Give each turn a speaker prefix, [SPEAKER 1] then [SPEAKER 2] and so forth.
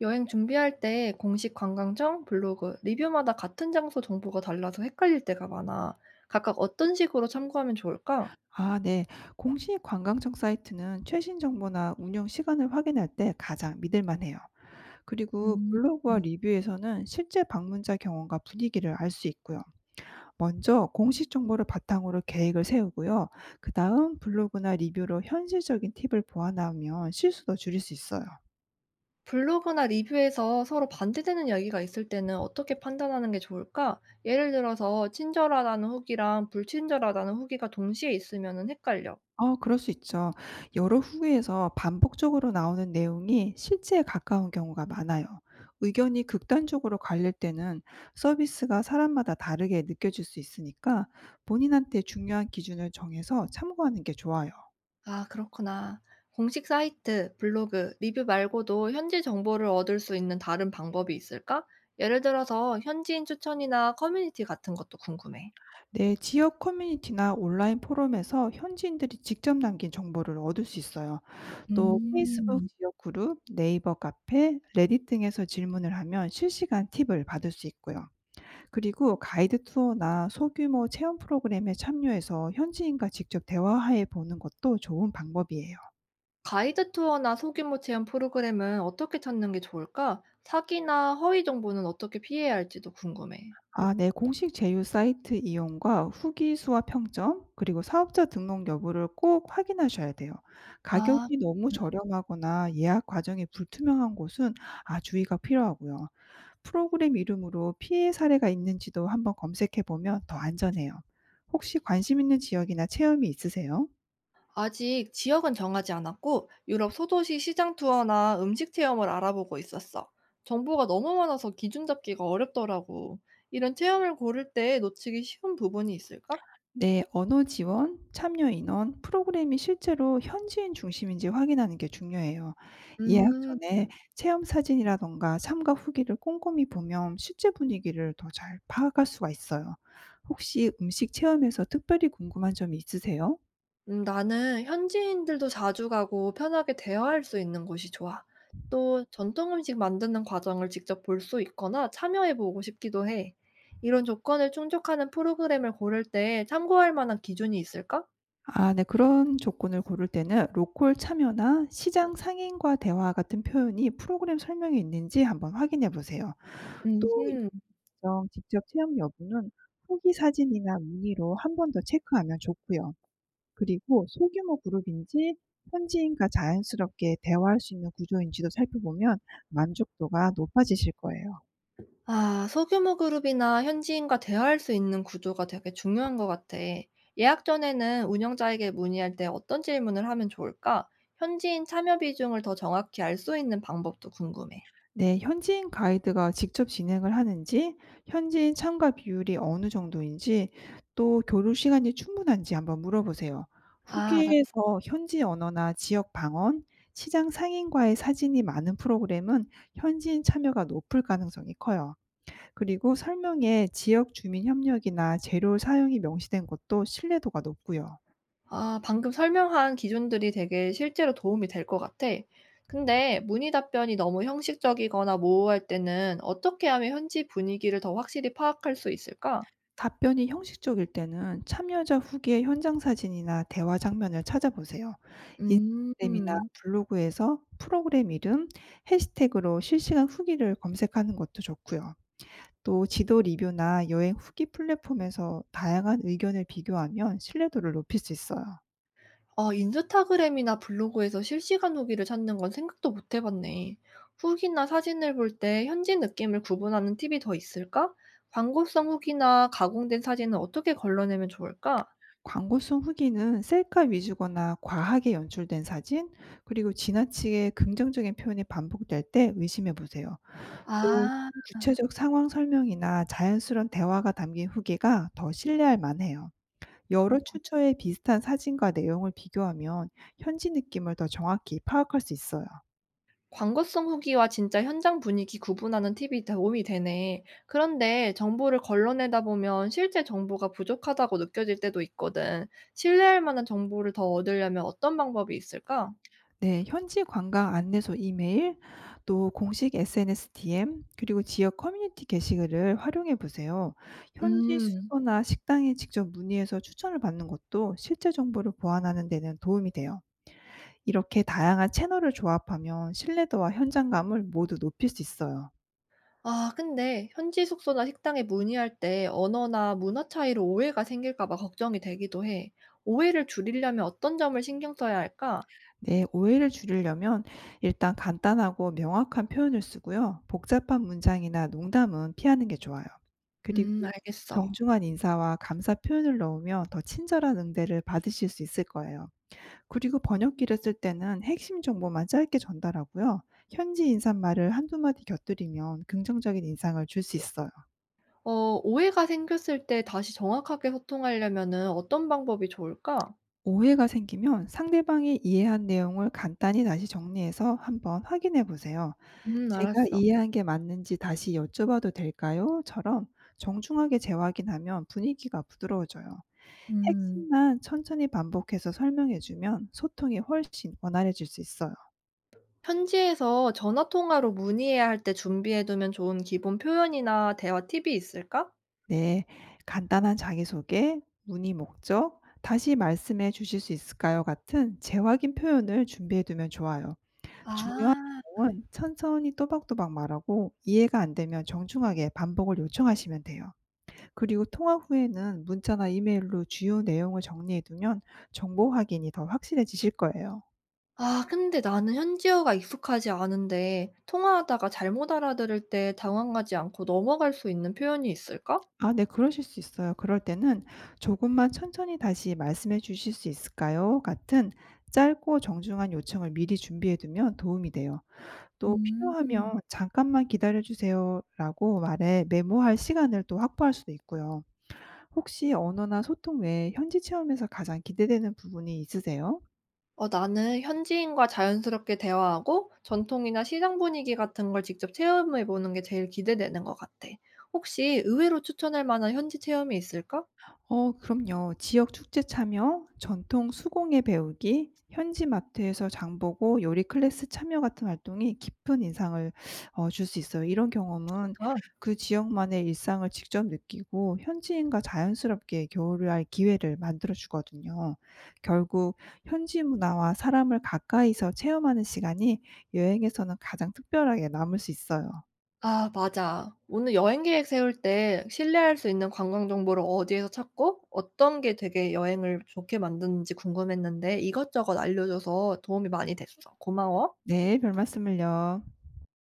[SPEAKER 1] 여행 준비할 때 공식 관광청, 블로그, 리뷰마다 같은 장소 정보가 달라서 헷갈릴 때가 많아. 각각 어떤 식으로 참고하면 좋을까?
[SPEAKER 2] 아 네. 공식 관광청 사이트는 최신 정보나 운영 시간을 확인할 때 가장 믿을 만해요. 그리고
[SPEAKER 1] 음,
[SPEAKER 2] 블로그와
[SPEAKER 1] 음.
[SPEAKER 2] 리뷰에서는 실제 방문자 경험과 분위기를 알 수 있고요. 먼저 공식 정보를 바탕으로 계획을 세우고요. 그다음 블로그나 리뷰로 현실적인 팁을 보완하면 실수도 줄일 수 있어요.
[SPEAKER 1] 블로그나 리뷰에서 서로 반대되는 이야기가 있을 때는 어떻게 판단하는 게 좋을까? 예를 들어서 친절하다는 후기랑 불친절하다는 후기가 동시에 있으면 헷갈려.
[SPEAKER 2] 어 그럴 수 있죠. 여러 후기에서 반복적으로 나오는 내용이 실제에 가까운 경우가 많아요. 의견이 극단적으로 갈릴 때는 서비스가 사람마다 다르게 느껴질 수 있으니까 본인한테 중요한 기준을 정해서 참고하는 게 좋아요.
[SPEAKER 1] 아, 그렇구나. 공식 사이트, 블로그, 리뷰 말고도 현지 정보를 얻을 수 있는 다른 방법이 있을까? 예를 들어서 현지인 추천이나 커뮤니티 같은 것도 궁금해.
[SPEAKER 2] 네, 지역 커뮤니티나 온라인 포럼에서 현지인들이 직접 남긴 정보를 얻을 수 있어요. 또 페이스북
[SPEAKER 1] 음.
[SPEAKER 2] 지역 그룹, 네이버 카페, 레딧 등에서 질문을 하면 실시간 팁을 받을 수 있고요. 그리고 가이드 투어나 소규모 체험 프로그램에 참여해서 현지인과 직접 대화해 보는 것도 좋은 방법이에요.
[SPEAKER 1] 가이드 투어나 소규모 체험 프로그램은 어떻게 찾는 게 좋을까? 사기나 허위 정보는 어떻게 피해야 할지도 궁금해.
[SPEAKER 2] 아, 네. 공식 제휴 사이트 이용과 후기 수와 평점, 그리고 사업자 등록 여부를 꼭 확인하셔야 돼요.
[SPEAKER 1] 아.
[SPEAKER 2] 가격이 너무 저렴하거나 예약 과정이 불투명한 곳은 아, 주의가 필요하고요. 프로그램 이름으로 피해 사례가 있는지도 한번 검색해 보면 더 안전해요. 혹시 관심 있는 지역이나 체험이 있으세요?
[SPEAKER 1] 아직 지역은 정하지 않았고 유럽 소도시 시장 투어나 음식 체험을 알아보고 있었어. 정보가 너무 많아서 기준 잡기가 어렵더라고. 이런 체험을 고를 때 놓치기 쉬운 부분이 있을까?
[SPEAKER 2] 네, 언어 지원, 참여 인원, 프로그램이 실제로 현지인 중심인지 확인하는 게 중요해요. 예약
[SPEAKER 1] 음,
[SPEAKER 2] 전에 체험 사진이라던가 참가 후기를 꼼꼼히 보면 실제 분위기를 더 잘 파악할 수가 있어요. 혹시 음식 체험에서 특별히 궁금한 점이 있으세요?
[SPEAKER 1] 나는 현지인들도 자주 가고 편하게 대화할 수 있는 곳이 좋아. 또 전통 음식 만드는 과정을 직접 볼 수 있거나 참여해 보고 싶기도 해. 이런 조건을 충족하는 프로그램을 고를 때 참고할 만한 기준이 있을까?
[SPEAKER 2] 아, 네. 그런 조건을 고를 때는 로컬 참여나 시장 상인과 대화 같은 표현이 프로그램 설명에 있는지 한번 확인해 보세요. 또
[SPEAKER 1] 음,
[SPEAKER 2] 점 직접 체험 여부는 후기 사진이나 문의로 한 번 더 체크하면 좋고요. 그리고 소규모 그룹인지 현지인과 자연스럽게 대화할 수 있는 구조인지도 살펴보면 만족도가 높아지실 거예요.
[SPEAKER 1] 아, 소규모 그룹이나 현지인과 대화할 수 있는 구조가 되게 중요한 것 같아. 예약 전에는 운영자에게 문의할 때 어떤 질문을 하면 좋을까? 현지인 참여 비중을 더 정확히 알 수 있는 방법도 궁금해.
[SPEAKER 2] 네, 현지인 가이드가 직접 진행을 하는지, 현지인 참가 비율이 어느 정도인지, 또 교류 시간이 충분한지 한번 물어보세요.
[SPEAKER 1] 아, 알았어.
[SPEAKER 2] 후기에서 현지 언어나 지역 방언, 시장 상인과의 사진이 많은 프로그램은 현지인 참여가 높을 가능성이 커요. 그리고 설명에 지역 주민 협력이나 재료 사용이 명시된 것도 신뢰도가 높고요.
[SPEAKER 1] 아, 방금 설명한 기준들이 되게 실제로 도움이 될 것 같아. 근데 문의 답변이 너무 형식적이거나 모호할 때는 어떻게 하면 현지 분위기를 더 확실히 파악할 수 있을까?
[SPEAKER 2] 답변이 형식적일 때는 참여자 후기의 현장 사진이나 대화 장면을 찾아보세요. 인스타그램이나
[SPEAKER 1] 음.
[SPEAKER 2] 블로그에서 프로그램 이름, 해시태그로 실시간 후기를 검색하는 것도 좋고요. 또 지도 리뷰나 여행 후기 플랫폼에서 다양한 의견을 비교하면 신뢰도를 높일 수 있어요.
[SPEAKER 1] 아, 인스타그램이나 블로그에서 실시간 후기를 찾는 건 생각도 못해 봤네. 후기나 사진을 볼 때 현지 느낌을 구분하는 팁이 더 있을까? 광고성 후기나 가공된 사진은 어떻게 걸러내면 좋을까?
[SPEAKER 2] 광고 속 후기는 셀카 위주거나 과하게 연출된 사진, 그리고 지나치게 긍정적인 표현이 반복될 때 의심해 보세요. 또
[SPEAKER 1] 아,
[SPEAKER 2] 구체적 상황 설명이나 자연스러운 대화가 담긴 후기가 더 신뢰할 만해요. 여러
[SPEAKER 1] 그렇군.
[SPEAKER 2] 출처의 비슷한 사진과 내용을 비교하면 현지 느낌을 더 정확히 파악할 수 있어요.
[SPEAKER 1] 광고성 후기와 진짜 현장 분위기 구분하는 팁이 다 도움이 되네. 그런데 정보를 걸러내다 보면 실제 정보가 부족하다고 느껴질 때도 있거든. 신뢰할 만한 정보를 더 얻으려면 어떤 방법이 있을까?
[SPEAKER 2] 네, 현지 관광 안내소 이메일, 또 공식 SNS DM, 그리고 지역 커뮤니티 게시글을 활용해 보세요. 현지
[SPEAKER 1] 음.
[SPEAKER 2] 숙소나 식당에 직접 문의해서 추천을 받는 것도 실제 정보를 보완하는 데는 도움이 돼요. 이렇게 다양한 채널을 조합하면 신뢰도와 현장감을 모두 높일 수 있어요.
[SPEAKER 1] 아 근데 현지 숙소나 식당에 문의할 때 언어나 문화 차이로 오해가 생길까 봐 걱정이 되기도 해. 오해를 줄이려면 어떤 점을 신경 써야 할까?
[SPEAKER 2] 네, 오해를 줄이려면 일단 간단하고 명확한 표현을 쓰고요. 복잡한 문장이나 농담은 피하는 게 좋아요. 그리고
[SPEAKER 1] 알겠어.
[SPEAKER 2] 정중한 인사와 감사 표현을 넣으면 더 친절한 응대를 받으실 수 있을 거예요. 그리고 번역기를 쓸 때는 핵심 정보만 짧게 전달하고요. 현지 인사말을 한두 마디 곁들이면 긍정적인 인상을 줄 수 있어요.
[SPEAKER 1] 어, 오해가 생겼을 때 다시 정확하게 소통하려면은 어떤 방법이 좋을까?
[SPEAKER 2] 오해가 생기면 상대방이 이해한 내용을 간단히 다시 정리해서 한번 확인해 보세요. "제가
[SPEAKER 1] 알았어.
[SPEAKER 2] 이해한 게 맞는지 다시 여쭤봐도 될까요? 처럼 정중하게 재확인하면 분위기가 부드러워져요.
[SPEAKER 1] 음.
[SPEAKER 2] 핵심만 천천히 반복해서 설명해 주면 소통이 훨씬 원활해질 수 있어요.
[SPEAKER 1] 현지에서 전화 통화로 문의해야 할 때 준비해두면 좋은 기본 표현이나 대화 팁이 있을까?
[SPEAKER 2] 네. 간단한 자기소개, 문의 목적, 다시 말씀해 주실 수 있을까요? 같은 재확인 표현을 준비해 두면 좋아요. 중요한
[SPEAKER 1] 아,
[SPEAKER 2] 내용은 천천히 또박또박 말하고 이해가 안 되면 정중하게 반복을 요청하시면 돼요. 그리고 통화 후에는 문자나 이메일로 주요 내용을 정리해 두면 정보 확인이 더 확실해지실 거예요.
[SPEAKER 1] 아 근데 나는 현지어가 익숙하지 않은데 통화하다가 잘못 알아들을 때 당황하지 않고 넘어갈 수 있는 표현이 있을까?
[SPEAKER 2] 아 네 그러실 수 있어요. 그럴 때는 "조금만 천천히 다시 말씀해 주실 수 있을까요?" 같은 짧고 정중한 요청을 미리 준비해 두면 도움이 돼요. 또 필요하면
[SPEAKER 1] 음.
[SPEAKER 2] "잠깐만 기다려 주세요."라고 말해 메모할 시간을 또 확보할 수도 있고요. 혹시 언어나 소통 외에 현지 체험에서 가장 기대되는 부분이 있으세요?
[SPEAKER 1] 어, 나는 현지인과 자연스럽게 대화하고 전통이나 시장 분위기 같은 걸 직접 체험해 보는 게 제일 기대되는 것 같아. 혹시 의외로 추천할 만한 현지 체험이 있을까?
[SPEAKER 2] 어, 그럼요. 지역 축제 참여, 전통 수공예 배우기, 현지 마트에서 장 보고 요리 클래스 참여 같은 활동이 깊은 인상을 줄 수 있어요. 이런 경험은 그 지역만의 일상을 직접 느끼고 현지인과 자연스럽게 교류할 기회를 만들어 주거든요. 결국 현지 문화와 사람을 가까이서 체험하는 시간이 여행에서는 가장 특별하게 남을 수 있어요.
[SPEAKER 1] 아, 맞아. 오늘 여행 계획 세울 때 신뢰할 수 있는 관광 정보를 어디에서 찾고 어떤 게 되게 여행을 좋게 만드는지 궁금했는데 이것저것 알려줘서 도움이 많이 됐어. 고마워.
[SPEAKER 2] 네, 별 말씀을요.